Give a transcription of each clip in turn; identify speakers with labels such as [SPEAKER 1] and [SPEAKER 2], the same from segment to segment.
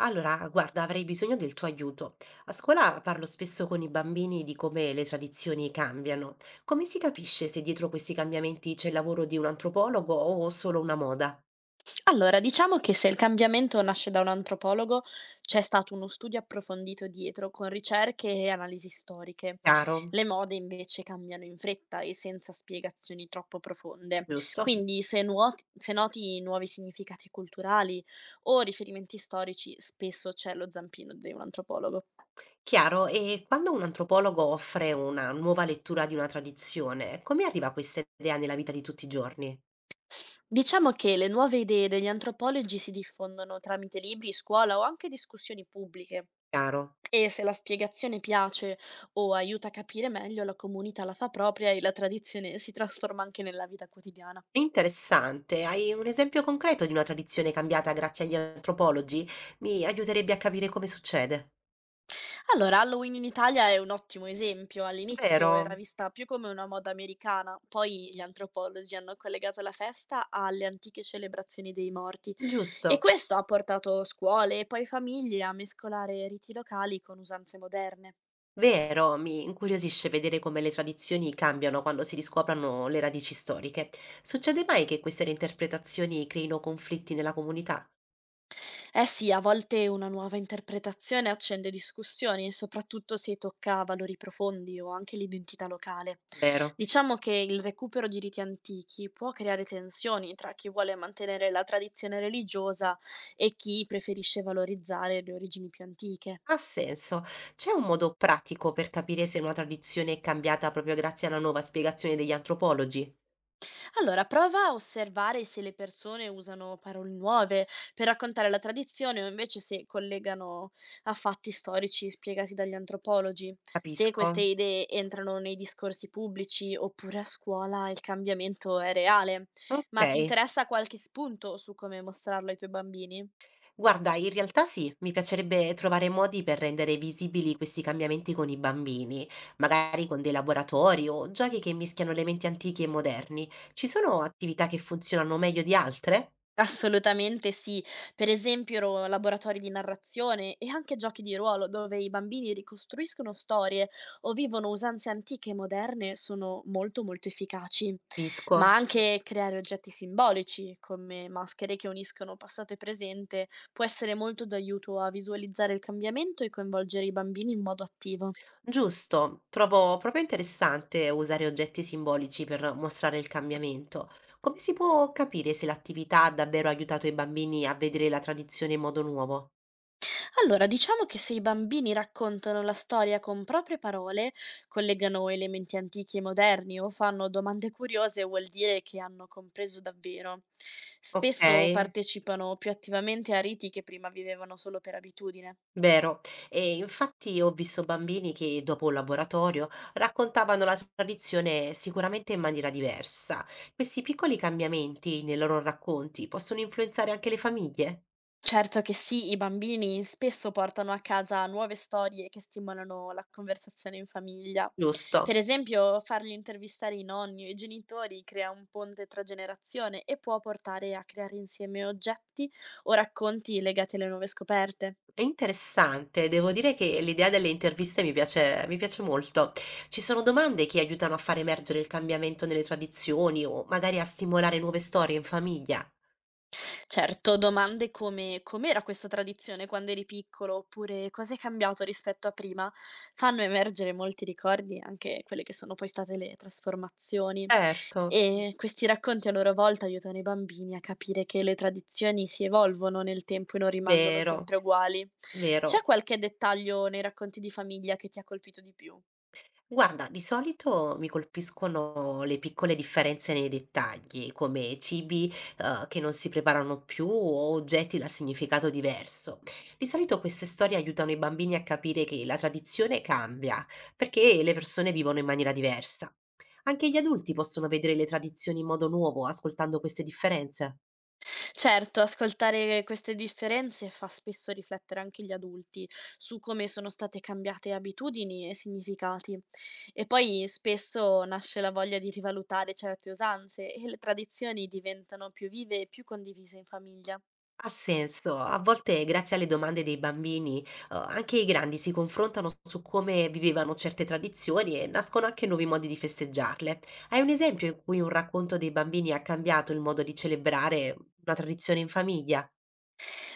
[SPEAKER 1] Allora, guarda, avrei bisogno del tuo aiuto. A scuola parlo spesso con i bambini di come le tradizioni cambiano. Come si capisce se dietro questi cambiamenti c'è il lavoro di un antropologo o solo una moda?
[SPEAKER 2] Allora, diciamo che se il cambiamento nasce da un antropologo, c'è stato uno studio approfondito dietro, con ricerche e analisi storiche.
[SPEAKER 1] Chiaro,
[SPEAKER 2] Le mode invece cambiano in fretta e senza spiegazioni troppo profonde.
[SPEAKER 1] giusto?
[SPEAKER 2] Quindi, se, se noti nuovi significati culturali o riferimenti storici, spesso c'è lo zampino di un antropologo.
[SPEAKER 1] Chiaro, e quando un antropologo offre una nuova lettura di una tradizione, come arriva questa idea nella vita di tutti i giorni?
[SPEAKER 2] Diciamo che le nuove idee degli antropologi si diffondono tramite libri, scuola o anche discussioni pubbliche.
[SPEAKER 1] Chiaro.
[SPEAKER 2] E se la spiegazione piace o aiuta a capire meglio, la comunità la fa propria e la tradizione si trasforma anche nella vita quotidiana.
[SPEAKER 1] Interessante, hai un esempio concreto di una tradizione cambiata grazie agli antropologi? Mi aiuterebbe a capire come succede.
[SPEAKER 2] Allora, Halloween in Italia è un ottimo esempio.
[SPEAKER 1] Vero?
[SPEAKER 2] All'inizio era vista più come una moda americana, poi gli antropologi hanno collegato la festa alle antiche celebrazioni dei morti e
[SPEAKER 1] Giusto,
[SPEAKER 2] questo ha portato scuole e poi famiglie a mescolare riti locali con usanze moderne.
[SPEAKER 1] vero, mi incuriosisce vedere come le tradizioni cambiano quando si riscoprono le radici storiche. Succede mai che queste reinterpretazioni creino conflitti nella comunità?
[SPEAKER 2] Eh sì, a volte una nuova interpretazione accende discussioni, soprattutto se tocca valori profondi o anche l'identità locale.
[SPEAKER 1] Vero.
[SPEAKER 2] Diciamo che il recupero di riti antichi può creare tensioni tra chi vuole mantenere la tradizione religiosa e chi preferisce valorizzare le origini più antiche.
[SPEAKER 1] Ha senso. C'è un modo pratico per capire se una tradizione è cambiata proprio grazie alla nuova spiegazione degli antropologi?
[SPEAKER 2] Allora, prova a osservare se le persone usano parole nuove per raccontare la tradizione o invece se collegano a fatti storici spiegati dagli antropologi, se
[SPEAKER 1] Capisco.
[SPEAKER 2] queste idee entrano nei discorsi pubblici oppure a scuola il cambiamento è reale.
[SPEAKER 1] Ok.
[SPEAKER 2] Ma ti interessa qualche spunto su come mostrarlo ai tuoi bambini?
[SPEAKER 1] Guarda, in realtà sì, mi piacerebbe trovare modi per rendere visibili questi cambiamenti con i bambini, magari con dei laboratori o giochi che mischiano elementi antichi e moderni. Ci sono attività che funzionano meglio di altre?
[SPEAKER 2] Assolutamente sì. Per esempio ro laboratori di narrazione e anche giochi di ruolo dove i bambini ricostruiscono storie o vivono usanze antiche e moderne sono molto efficaci.
[SPEAKER 1] Capisco.
[SPEAKER 2] Ma anche creare oggetti simbolici come maschere che uniscono passato e presente può essere molto d'aiuto a visualizzare il cambiamento e coinvolgere i bambini in modo attivo.
[SPEAKER 1] Giusto, trovo proprio interessante usare oggetti simbolici per mostrare il cambiamento. Come si può capire se l'attività ha davvero aiutato i bambini a vedere la tradizione in modo nuovo?
[SPEAKER 2] Allora, diciamo che se i bambini raccontano la storia con proprie parole, collegano elementi antichi e moderni o fanno domande curiose, vuol dire che hanno compreso davvero.
[SPEAKER 1] Ok.
[SPEAKER 2] Spesso partecipano più attivamente a riti che prima vivevano solo per abitudine.
[SPEAKER 1] Vero. E infatti ho visto bambini che dopo un laboratorio raccontavano la tradizione sicuramente in maniera diversa. Questi piccoli cambiamenti nei loro racconti possono influenzare anche le famiglie?
[SPEAKER 2] Certo che sì, i bambini spesso portano a casa nuove storie che stimolano la conversazione in famiglia.
[SPEAKER 1] Giusto.
[SPEAKER 2] Per esempio, farli intervistare i nonni o i genitori crea un ponte tra generazione e può portare a creare insieme oggetti o racconti legati alle nuove scoperte.
[SPEAKER 1] È interessante, devo dire che l'idea delle interviste mi piace molto. Ci sono domande che aiutano a far emergere il cambiamento nelle tradizioni o magari a stimolare nuove storie in famiglia?
[SPEAKER 2] Certo, domande come com'era questa tradizione quando eri piccolo, oppure cosa è cambiato rispetto a prima, fanno emergere molti ricordi, anche quelle che sono poi state le trasformazioni.
[SPEAKER 1] Certo.
[SPEAKER 2] E questi racconti a loro volta aiutano i bambini a capire che le tradizioni si evolvono nel tempo e non rimangono
[SPEAKER 1] Vero,
[SPEAKER 2] sempre uguali.
[SPEAKER 1] vero.
[SPEAKER 2] C'è qualche dettaglio nei racconti di famiglia che ti ha colpito di più?
[SPEAKER 1] Guarda, di solito mi colpiscono le piccole differenze nei dettagli, come cibi, che non si preparano più o oggetti da significato diverso. Di solito queste storie aiutano i bambini a capire che la tradizione cambia, perché le persone vivono in maniera diversa. Anche gli adulti possono vedere le tradizioni in modo nuovo ascoltando queste differenze.
[SPEAKER 2] Certo, ascoltare queste differenze fa spesso riflettere anche gli adulti su come sono state cambiate abitudini e significati. E poi spesso nasce la voglia di rivalutare certe usanze e le tradizioni diventano più vive e più condivise in famiglia.
[SPEAKER 1] Ha senso. A volte, grazie alle domande dei bambini, anche i grandi si confrontano su come vivevano certe tradizioni e nascono anche nuovi modi di festeggiarle. Hai un esempio in cui un racconto dei bambini ha cambiato il modo di celebrare una tradizione in famiglia?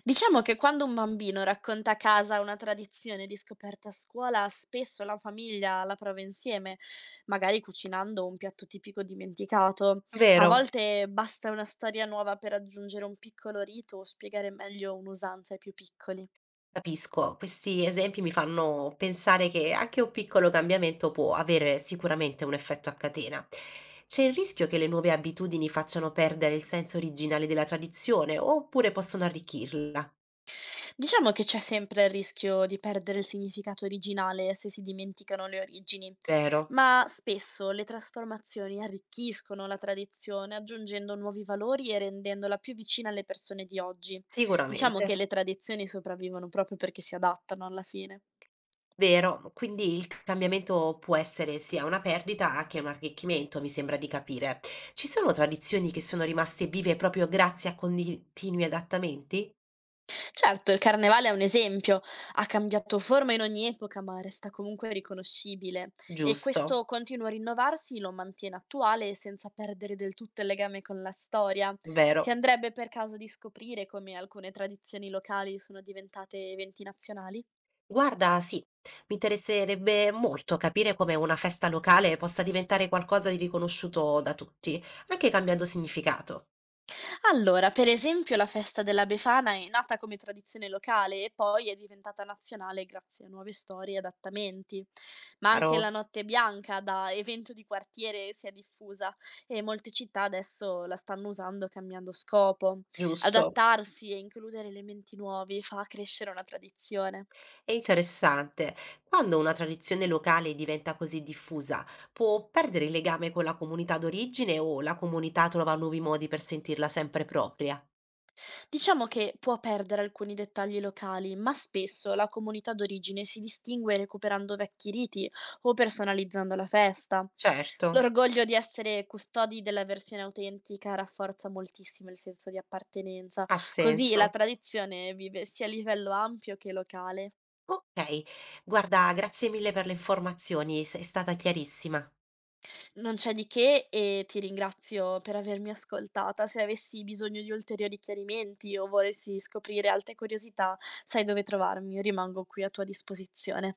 [SPEAKER 2] Diciamo che quando un bambino racconta a casa una tradizione di scoperta a scuola, spesso la famiglia la prova insieme, magari cucinando un piatto tipico dimenticato. A
[SPEAKER 1] Vero?
[SPEAKER 2] volte basta una storia nuova per aggiungere un piccolo rito o spiegare meglio un'usanza ai più piccoli.
[SPEAKER 1] Capisco, questi esempi mi fanno pensare che anche un piccolo cambiamento può avere sicuramente un effetto a catena. C'è il rischio che le nuove abitudini facciano perdere il senso originale della tradizione oppure possono arricchirla?
[SPEAKER 2] Diciamo che c'è sempre il rischio di perdere il significato originale se si dimenticano le origini,
[SPEAKER 1] Vero,
[SPEAKER 2] ma spesso le trasformazioni arricchiscono la tradizione aggiungendo nuovi valori e rendendola più vicina alle persone di oggi. Diciamo
[SPEAKER 1] sicuramente,
[SPEAKER 2] che le tradizioni sopravvivono proprio perché si adattano alla fine.
[SPEAKER 1] vero. Quindi il cambiamento può essere sia una perdita che un arricchimento, mi sembra di capire. Ci sono tradizioni che sono rimaste vive proprio grazie a continui adattamenti?
[SPEAKER 2] Certo, il carnevale è un esempio, ha cambiato forma in ogni epoca, ma resta comunque riconoscibile e
[SPEAKER 1] Giusto,
[SPEAKER 2] questo continuo a rinnovarsi lo mantiene attuale e senza perdere del tutto il legame con la storia. Ti
[SPEAKER 1] vero.
[SPEAKER 2] andrebbe per caso di scoprire come alcune tradizioni locali sono diventate eventi nazionali?
[SPEAKER 1] Guarda, sì, mi interesserebbe molto capire come una festa locale possa diventare qualcosa di riconosciuto da tutti, anche cambiando significato.
[SPEAKER 2] Allora, per esempio, la festa della Befana è nata come tradizione locale e poi è diventata nazionale grazie a nuove storie e adattamenti. Ma anche la
[SPEAKER 1] Chiaro,
[SPEAKER 2] Notte Bianca, da evento di quartiere, si è diffusa e molte città adesso la stanno usando cambiando scopo.
[SPEAKER 1] giusto.
[SPEAKER 2] Adattarsi e includere elementi nuovi fa crescere una tradizione.
[SPEAKER 1] È interessante. Quando una tradizione locale diventa così diffusa, può perdere il legame con la comunità d'origine o la comunità trova nuovi modi per sentirla sempre propria?
[SPEAKER 2] Diciamo che può perdere alcuni dettagli locali, ma spesso la comunità d'origine si distingue recuperando vecchi riti o personalizzando la festa.
[SPEAKER 1] Certo,
[SPEAKER 2] L'orgoglio di essere custodi della versione autentica rafforza moltissimo il senso di appartenenza,
[SPEAKER 1] ha
[SPEAKER 2] così la
[SPEAKER 1] senso.
[SPEAKER 2] tradizione vive sia a livello ampio che locale.
[SPEAKER 1] Ok, guarda, grazie mille per le informazioni, sei stata chiarissima.
[SPEAKER 2] Non c'è di che e ti ringrazio per avermi ascoltata. Se avessi bisogno di ulteriori chiarimenti o volessi scoprire altre curiosità, sai dove trovarmi, io rimango qui a tua disposizione.